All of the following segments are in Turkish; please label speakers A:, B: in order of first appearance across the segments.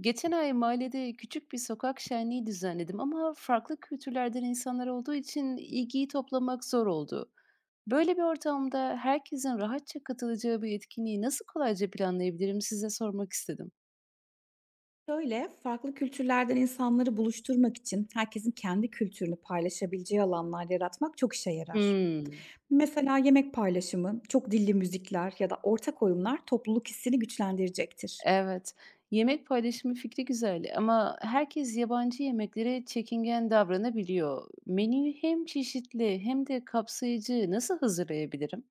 A: Geçen ay mahallede küçük bir sokak şenliği düzenledim ama farklı kültürlerden insanlar olduğu için ilgiyi toplamak zor oldu. Böyle bir ortamda herkesin rahatça katılacağı bir etkinliği nasıl kolayca planlayabilirim size sormak istedim.
B: Şöyle, farklı kültürlerden insanları buluşturmak için herkesin kendi kültürünü paylaşabileceği alanlar yaratmak çok işe yarar.
A: Hmm,
B: Mesela yemek paylaşımı, çok dilli müzikler ya da ortak oyunlar topluluk hissini güçlendirecektir.
A: evet. Yemek paylaşımı fikri güzel ama herkes yabancı yemeklere çekingen davranabiliyor. Menüyü hem çeşitli hem de kapsayıcı nasıl hazırlayabilirim?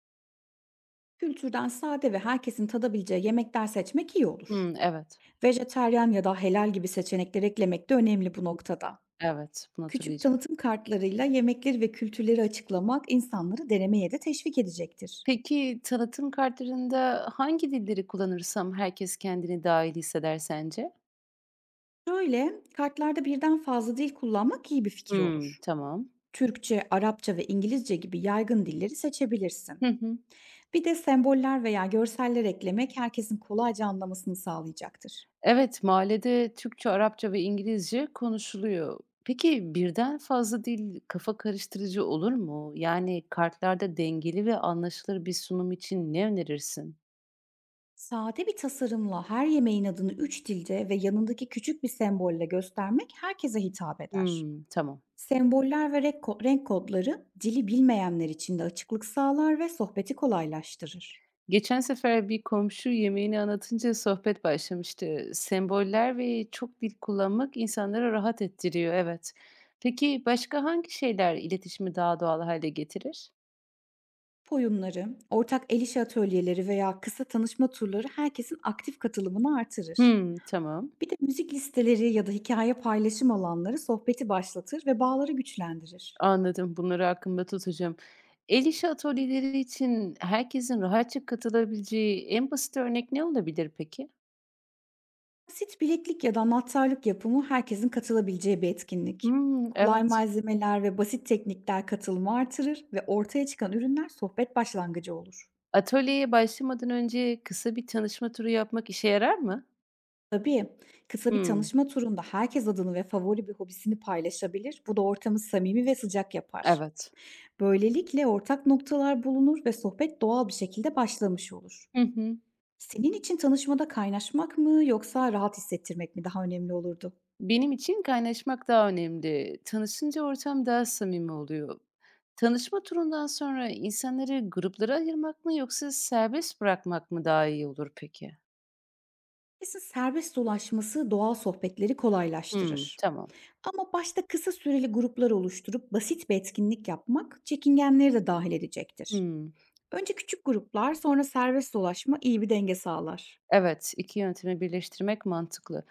B: Kültürden sade ve herkesin tadabileceği yemekler seçmek iyi olur.
A: Hmm, evet,
B: Vejeteryan ya da helal gibi seçenekler eklemek de önemli bu noktada.
A: evet, bunu
B: Küçük
A: hatırlayacağım.
B: tanıtım kartlarıyla yemekleri ve kültürleri açıklamak insanları denemeye de teşvik edecektir.
A: Peki, tanıtım kartlarında hangi dilleri kullanırsam herkes kendini dâhil hisseder sence?
B: Şöyle, kartlarda birden fazla dil kullanmak iyi bir fikir
A: Hımm,
B: olur.
A: tamam.
B: Türkçe, Arapça ve İngilizce gibi yaygın dilleri seçebilirsin.
A: Hı hı.
B: Bir de semboller veya görseller eklemek herkesin kolayca anlamasını sağlayacaktır.
A: Evet, mahallede Türkçe, Arapça ve İngilizce konuşuluyor. Peki, birden fazla dil kafa karıştırıcı olur mu? Yani kartlarda dengeli ve anlaşılır bir sunum için ne önerirsin?
B: Sade bir tasarımla her yemeğin adını üç dilde ve yanındaki küçük bir sembolle göstermek herkese hitap eder.
A: Hımm, tamam.
B: Semboller ve renk kodları dili bilmeyenler için de açıklık sağlar ve sohbeti kolaylaştırır.
A: Geçen sefer bir komşu yemeğini anlatınca sohbet başlamıştı. Semboller ve çok dil kullanmak insanları rahat ettiriyor, evet. Peki başka hangi şeyler iletişimi daha doğal hale getirir?
B: Oyunları, ortak el işi atölyeleri veya kısa tanışma turları herkesin aktif katılımını artırır.
A: Hmm, tamam.
B: Bir de müzik listeleri ya da hikaye paylaşım alanları sohbeti başlatır ve bağları güçlendirir.
A: Anladım. Bunları aklımda tutacağım. El işi atölyeleri için herkesin rahatça katılabileceği en basit örnek ne olabilir peki?
B: Basit bileklik ya da anahtarlık yapımı herkesin katılabileceği bir etkinlik.
A: Hmm,
B: Kolay
A: evet.
B: malzemeler ve basit teknikler katılımı artırır ve ortaya çıkan ürünler sohbet başlangıcı olur.
A: Atölyeye başlamadan önce kısa bir tanışma turu yapmak işe yarar mı?
B: Tabii, kısa bir
A: Hmm,
B: tanışma turunda herkes adını ve favori bir hobisini paylaşabilir. Bu da ortamı samimi ve sıcak yapar.
A: evet.
B: Böylelikle ortak noktalar bulunur ve sohbet doğal bir şekilde başlamış olur.
A: Hı hı.
B: Senin için tanışmada kaynaşmak mı yoksa rahat hissettirmek mi daha önemli olurdu?
A: Benim için kaynaşmak daha önemli. Tanışınca ortam daha samimi oluyor. Tanışma turundan sonra insanları gruplara ayırmak mı yoksa serbest bırakmak mı daha iyi olur peki?
B: Kesin serbest dolaşması doğal sohbetleri
A: Hımm,
B: kolaylaştırır.
A: tamam.
B: Ama başta kısa süreli gruplar oluşturup basit bir etkinlik yapmak çekingenleri de dahil edecektir.
A: Hımm.
B: Önce küçük gruplar, sonra serbest dolaşma iyi bir denge sağlar.
A: Evet, 2 yöntemi birleştirmek mantıklı.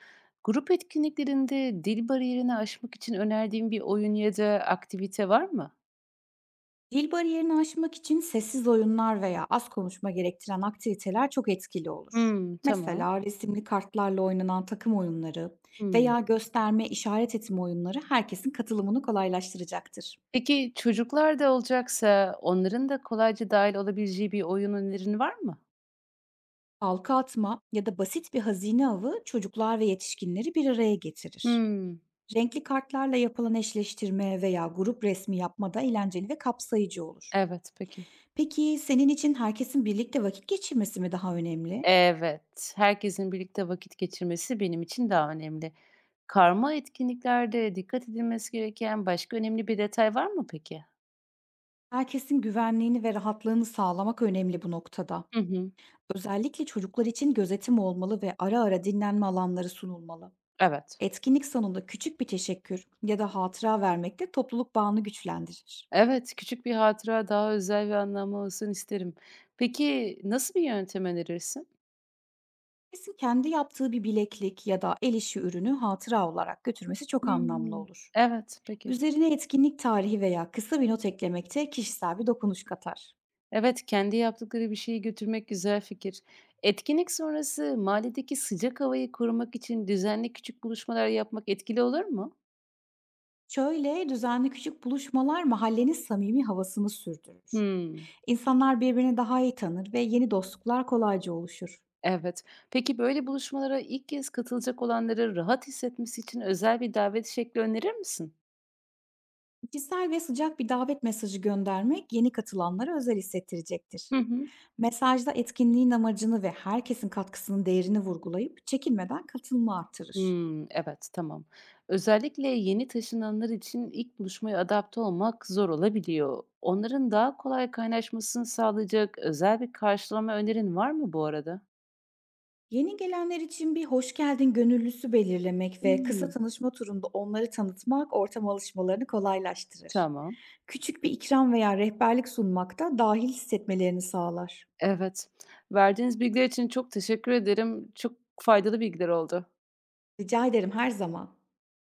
A: Grup etkinliklerinde dil bariyerini aşmak için önerdiğin bir oyun ya da aktivite var mı?
B: Dil bariyerini aşmak için sessiz oyunlar veya az konuşma gerektiren aktiviteler çok etkili olur.
A: Hımm, tamam.
B: Mesela resimli kartlarla oynanan takım oyunları
A: Hımm.
B: veya gösterme, işaret etme oyunları herkesin katılımını kolaylaştıracaktır.
A: Peki çocuklar da olacaksa onların da kolayca dahil olabileceği bir oyun önerin var mı?
B: Halka atma ya da basit bir hazine avı çocuklar ve yetişkinleri bir araya getirir.
A: Hımm.
B: Renkli kartlarla yapılan eşleştirme veya grup resmi yapma da eğlenceli ve kapsayıcı olur.
A: Evet, peki.
B: Peki, senin için herkesin birlikte vakit geçirmesi mi daha önemli?
A: Evet, herkesin birlikte vakit geçirmesi benim için daha önemli. Karma etkinliklerde dikkat edilmesi gereken başka önemli bir detay var mı peki?
B: Herkesin güvenliğini ve rahatlığını sağlamak önemli bu noktada.
A: Hı hı.
B: Özellikle çocuklar için gözetim olmalı ve ara ara dinlenme alanları sunulmalı.
A: Evet.
B: Etkinlik sonunda küçük bir teşekkür ya da hatıra vermek de topluluk bağını güçlendirir.
A: Evet, küçük bir hatıra daha özel ve anlamlı olsun isterim. Peki nasıl bir yöntem önerirsin?
B: Herkesin kendi yaptığı bir bileklik ya da el işi ürünü hatıra olarak götürmesi çok anlamlı
A: Hımm.
B: olur.
A: Evet, peki.
B: Üzerine etkinlik tarihi veya kısa bir not eklemek de kişisel bir dokunuş katar.
A: Evet, kendi yaptıkları bir şeyi götürmek güzel fikir. Etkinlik sonrası mahalledeki sıcak havayı korumak için düzenli küçük buluşmalar yapmak etkili olur mu?
B: Şöyle, düzenli küçük buluşmalar mahallenin samimi havasını sürdürür.
A: Hımm.
B: İnsanlar birbirini daha iyi tanır ve yeni dostluklar kolayca oluşur.
A: Evet. Peki böyle buluşmalara ilk kez katılacak olanları rahat hissetmesi için özel bir davet şekli önerir misin?
B: Kişisel ve sıcak bir davet mesajı göndermek yeni katılanlara özel hissettirecektir.
A: Hı hı.
B: Mesajda etkinliğin amacını ve herkesin katkısının değerini vurgulayıp çekinmeden katılımı artırır.
A: Hımm, evet, tamam. Özellikle yeni taşınanlar için ilk buluşmaya adapte olmak zor olabiliyor. Onların daha kolay kaynaşmasını sağlayacak özel bir karşılama önerin var mı bu arada?
B: Yeni gelenler için bir hoş geldin gönüllüsü belirlemek ve kısa
A: Hımm,
B: tanışma turunda onları tanıtmak ortama alışmalarını kolaylaştırır.
A: tamam.
B: Küçük bir ikram veya rehberlik sunmak da dahil hissetmelerini sağlar.
A: Evet. Verdiğiniz bilgiler için çok teşekkür ederim. Çok faydalı bilgiler oldu.
B: Rica ederim, her zaman.